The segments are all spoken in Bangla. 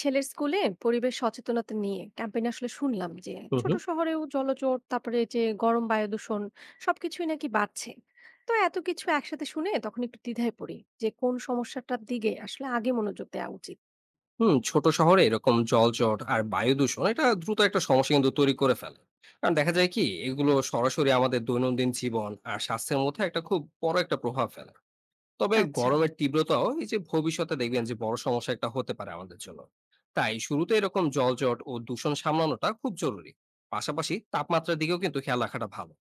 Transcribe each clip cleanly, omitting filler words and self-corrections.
ছেলের স্কুলে পরিবেশ সচেতনতা নিয়ে ক্যাম্পেইন আসলে শুনলাম যে হুম, ছোট হুম। শহরেও জলজট, তারপরে যে গরম, বায়ু দূষণ সবকিছুই নাকি বাড়ছে। তো এত কিছু একসাথে শুনে তখন একটু দ্বিধায় পড়ি যে কোন সমস্যাটার দিকে আসলে আগে মনোযোগ দেওয়া উচিত। হুম, ছোট শহরে এরকম জলজট আর বায়ু দূষণ এটা দ্রুত একটা সমস্যা কিন্তু তৈরি করে ফেলে। কারণ দেখা যায় কি এগুলো সরাসরি আমাদের দৈনন্দিন জীবন আর স্বাস্থ্যের মধ্যে একটা খুব বড় একটা প্রভাব ফেলে। তবে আচ্ছা। গরমের তীব্রতাও এই যে ভবিষ্যতে দেখবেন যে বড় সমস্যা একটা হতে পারে আমাদের জন্য। তাই শুরুতে এরকম জলজট ও দূষণ সামলানোটা খুব জরুরি। পাশাপাশি তাপমাত্রার দিকেও কিন্তু খেয়াল রাখাটা ভালো।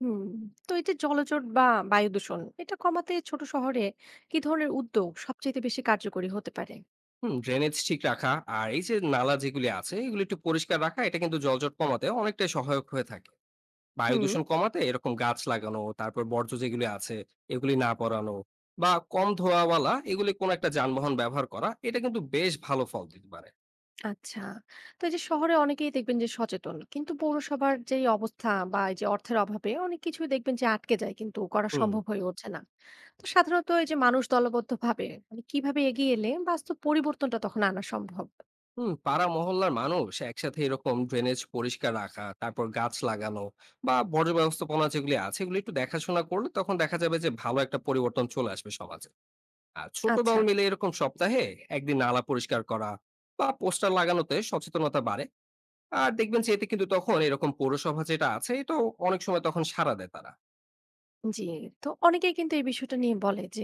হুম। তো এই যে জলজট বা বায়ু দূষণ এটা কমাতে ছোট শহরে কি ধরনের উদ্যোগ সবচেয়ে বেশি কার্যকরী হতে পারে? হুম, ড্রেনেজ ঠিক রাখা আর এই যে নালা যেগুলি আছে এগুলি একটু পরিষ্কার রাখা এটা কিন্তু জলজট কমাতে অনেকটাই সহায়ক হয়ে থাকে। বায়ু হুম। দূষণ কমাতে এরকম গাছ লাগানো, তারপর বর্জ্য যেগুলি আছে এগুলি না পরানো বা কম ধোঁয়াওয়ালা এগুলি কোন একটা যানবাহন ব্যবহার করা এটা কিন্তু বেশ ভালো ফল দিতে পারে। আচ্ছা। তো এই যে শহরে অনেকেই দেখবেন যে সচেতন। কিন্তু পৌরসভার যেই অবস্থা বা এই যে অর্থের অভাবে অনেক কিছুই দেখবেন যে আটকে যায় কিন্তু করা হুম সম্ভব হয়ে ওঠে না। তো সাধারণত এই যে মানুষ দলবদ্ধভাবে মানে কিভাবে এগিয়ে এলে বাস্তব পরিবর্তনটা তখন আনা সম্ভব? হুম পাড়া মহল্লার মানুষ একসাথে এরকম ড্রেনেজ পরিষ্কার রাখা তারপর গাছ লাগানো বা বর্জ্য ব্যবস্থাপনা যেগুলি আছে এগুলি একটু দেখাশোনা করলে তখন দেখা যাবে যে ভালো একটা পরিবর্তন চলে আসবে সমাজে। আর ছোট আচ্ছা, দল মিলে এরকম সপ্তাহে একদিন নালা পরিষ্কার করা বা পোস্টার লাগানোতে সচেতনতা বাড়ে, আর দেখবেন যে এতে কিন্তু তখন এরকম পৌরসভা যেটা আছে এটা অনেক সময় তখন সাড়া দেয় তারা। জি। তো অনেকেই কিন্তু এই বিষয়টা নিয়ে বলে যে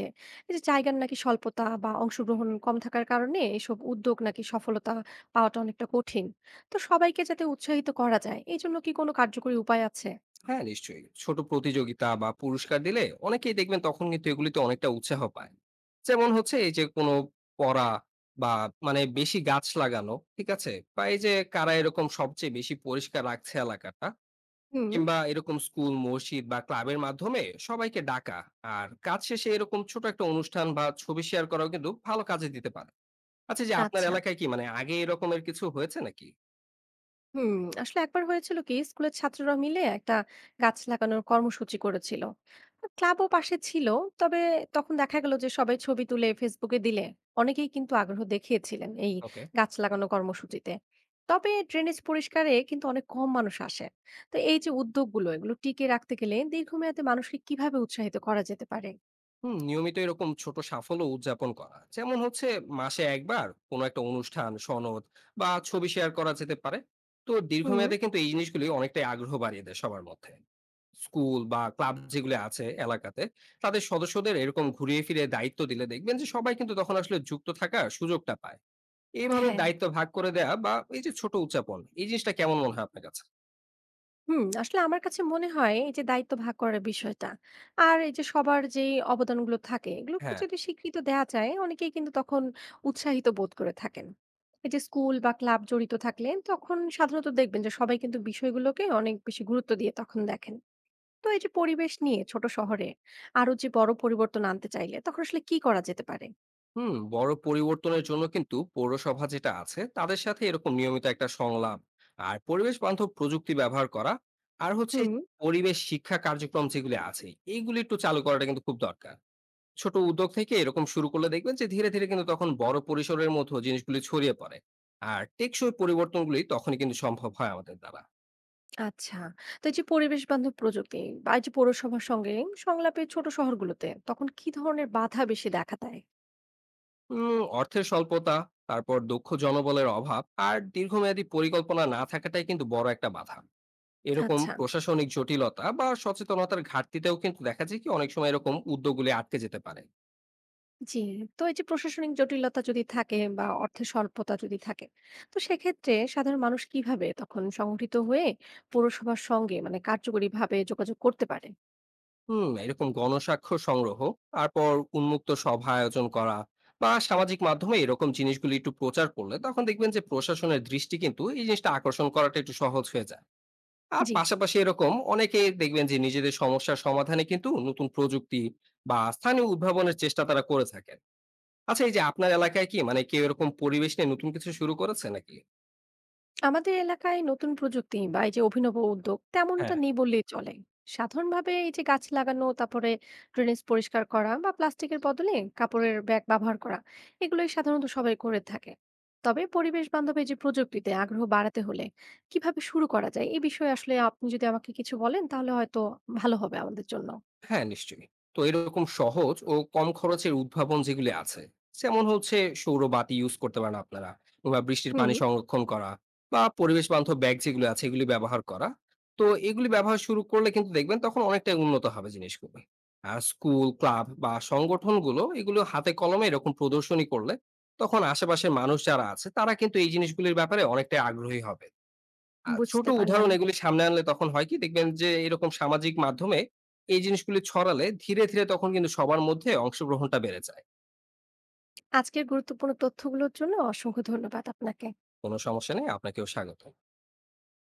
এই যে জায়গার নাকি স্বল্পতা বা অংশগ্রহণ কম থাকার কারণে এসব উদ্যোগ নাকি সফলতা পাওয়াটা অনেকটা কঠিন। তো সবাইকে যাতে উৎসাহিত করা যায় এজন্য কি কোনো কার্যকরী উপায় আছে? হ্যাঁ নিশ্চয়ই, ছোট প্রতিযোগিতা বা পুরস্কার দিলে অনেকেই দেখবেন তখন কিন্তু এগুলিতে অনেকটা উৎসাহ পায়। যেমন হচ্ছে এই যে কোনো পড়া বা মানে বেশি গাছ লাগানো, ঠিক আছে, বা এই যে কারা এরকম সবচেয়ে বেশি পরিষ্কার রাখছে এলাকাটা, হুম, কিংবা এরকম স্কুল মসজিদ বা ক্লাবের মাধ্যমে সবাইকে ডাকা। আর কাজ শেষে এরকম ছোট একটা অনুষ্ঠান বা ছবি শেয়ার করাও কিন্তু ভালো কাজে দিতে পারে। আচ্ছা, এই যে আপনার আচ্ছা। এলাকায় কি মানে আগে এরকমের কিছু হয়েছে নাকি? হুম, আসলে একবার হয়েছিল কি স্কুলের ছাত্ররা মিলে একটা গাছ লাগানোর কর্মসূচি করেছিল, ক্লাবও পাশে ছিল। তবে তখন দেখা গেল যে সবাই ছবি তুলে ফেসবুকে দিলে অনেকেই কিন্তু আগ্রহ দেখিয়েছিলেন এই ওকে। গাছ লাগানো কর্মসূচিতে। তবে ড্রেনেজ পরিষ্কারে কিন্তু অনেক কম মানুষ আসে। তো এই যে উদ্যোগগুলো এগুলো টিকিয়ে রাখতে গেলে দীর্ঘমেয়াদে মানুষকে কিভাবে উৎসাহিত করা যেতে পারে? হুম, নিয়মিত এরকম ছোট সাফল্য উদযাপন করা। যেমন হচ্ছে মাসে একবার কোনো একটা অনুষ্ঠান, সনদ বা ছবি শেয়ার করা যেতে পারে। তো হুম। দীর্ঘমেয়াদে কিন্তু এই জিনিসগুলি অনেকটাই আগ্রহ বাড়িয়ে দেয় সবার মধ্যে। স্কুল বা ক্লাব যেগুলো আছে এলাকাতে, তাদের সদস্যদের এরকম ঘুরিয়ে ফিরিয়ে দায়িত্ব দিলে দেখবেন যে সবাই কিন্তু তখন আসলে যুক্ত থাকার সুযোগটা পায়। এইভাবে হ্যাঁ। দায়িত্ব ভাগ করে দেয়া বা এই যে ছোট উদযাপন, এই জিনিসটা কেমন মনে হয় আপনার কাছে? আসলে আমার কাছে মনে হয় এই যে দায়িত্ব ভাগ করার বিষয়টা আর এই যে সবার যে অবদানগুলো থাকে এগুলোকে হ্যাঁ। যদি স্বীকৃত দেয়া যায় অনেকেই কিন্তু তখন উৎসাহিত বোধ করে থাকেন। এই যে স্কুল বা ক্লাব জড়িত থাকলে তখন সাধারণত দেখবেন যে সবাই কিন্তু বিষয়গুলোকে অনেক বেশি গুরুত্ব দিয়ে তখন দেখেন। তো এই যে পরিবেশ নিয়ে ছোট শহরে আরো যে বড় পরিবর্তন আনতে চাইলে তখন আসলে কি করা যেতে পারে? হুম, বড় পরিবর্তনের জন্য কিন্তু পৌরসভা যেটা আছে তাদের সাথে এরকম নিয়মিত একটা সংলাপ আর পরিবেশ বান্ধব প্রযুক্তি ব্যবহার করা, আর হচ্ছে হুম। পরিবেশ শিক্ষা কার্যক্রম যেগুলি আছে এইগুলি একটু চালু করাটা কিন্তু খুব দরকার। ছোট উদ্যোগ থেকে এরকম শুরু করলে দেখবেন যে ধীরে ধীরে কিন্তু তখন বড় পরিসরের মতো জিনিসগুলি ছড়িয়ে পড়ে, আর টেকসই পরিবর্তনগুলি তখনই কিন্তু সম্ভব হয় আমাদের দ্বারা। আচ্ছা। তো এই যে পরিবেশ বান্ধব প্রযুক্তি বা এই যে পৌরসভার সঙ্গে সংলাপে ছোট শহরগুলোতে তখন কি ধরনের বাধা বেশি দেখা দেয়? অর্থের স্বল্পতা, তারপর দক্ষ জনবলের অভাব আর দীর্ঘমেয়াদী পরিকল্পনা না থাকাটাই কিন্তু বড় একটা বাধা। এরকম আচ্ছা। প্রশাসনিক জটিলতা বা সচেতনতার ঘাটতিতেও কিন্তু দেখা যায় কি অনেক সময় এরকম উদ্যোগগুলি আটকে যেতে পারে। জি। তো এই যে প্রশাসনিক জটিলতা যদি থাকে বা অর্থের স্বল্পতা যদি থাকে, তো সেক্ষেত্রে সাধারণ মানুষ কিভাবে তখন সংগঠিত হয়ে পৌরসভার সঙ্গে মানে কার্যকরীভাবে যোগাযোগ করতে পারে? হুম, এরকম গণস্বাক্ষর সংগ্রহ, তারপর উন্মুক্ত সভা আয়োজন করা বা সামাজিক মাধ্যমে এরকম জিনিসগুলি একটু প্রচার করলে তখন দেখবেন যে প্রশাসনের দৃষ্টি কিন্তু এই জিনিসটা আকর্ষণ করাটা একটু সহজ হয়ে যায়। আর জি। পাশাপাশি এরকম অনেকে দেখবেন যে নিজেদের সমস্যার সমাধানে কিন্তু নতুন প্রযুক্তি বা স্থানীয় উদ্ভাবনের চেষ্টা তারা করে থাকেন। আচ্ছা, এই যে আপনার এলাকায় কি মানে কেউ এরকম পরিবেশ নিয়ে নতুন কিছু শুরু করেছে নাকি? আমাদের এলাকায় নতুন প্রযুক্তি বা এই যে অভিনব উদ্যোগ তেমনটা হ্যাঁ, নেই বললেই চলে। সাধারণভাবে এই যে গাছ লাগানো, তারপরে ড্রেনেজ পরিষ্কার করা বা প্লাস্টিকের বদলে কাপড়ের ব্যাগ ব্যবহার করা এগুলোই সাধারণত সবাই করে থাকে। তবে পরিবেশ বান্ধব এই যে প্রযুক্তিতে আগ্রহ বাড়াতে হলে কিভাবে শুরু করা যায় এই বিষয়ে আসলে আপনি যদি আমাকে কিছু বলেন তাহলে হয়তো ভালো হবে আমাদের জন্য। হ্যাঁ, নিশ্চয়ই। তো এরকম সহজ ও কম খরচের উদ্ভাবন যেগুলি আছে, যেমন হচ্ছে সৌর বাতি ইউজ করতে পারেন আপনারা, বা বৃষ্টির হুম। পানি সংরক্ষণ করা বা পরিবেশ বান্ধব ব্যাগ যেগুলো আছে এগুলি ব্যবহার করা। তো এগুলি ব্যবহার শুরু করলে কিন্তু দেখবেন তখন অনেকটাই উন্নত হবে জিনিসগুলো। আর স্কুল, ক্লাব বা সংগঠনগুলো এগুলো হাতে কলমে এরকম প্রদর্শনী করলে তখন আশেপাশের মানুষ যারা আছে তারা কিন্তু এই জিনিসগুলির ব্যাপারে অনেকটাই আগ্রহী হবে। ছোট বুঝতে পারলাম। উদাহরণ এগুলি সামনে আনলে তখন হয় কি দেখবেন যে এরকম সামাজিক মাধ্যমে এই জিনিসগুলি ছড়ালে ধীরে, ধীরে তখন কিন্তু সবার মধ্যে অংশগ্রহণটা বেড়ে যায়। আজকের গুরুত্বপূর্ণ তথ্যগুলোর জন্য অসংখ্য ধন্যবাদ আপনাকে। কোন সমস্যা নেই। আপনাকেও স্বাগত।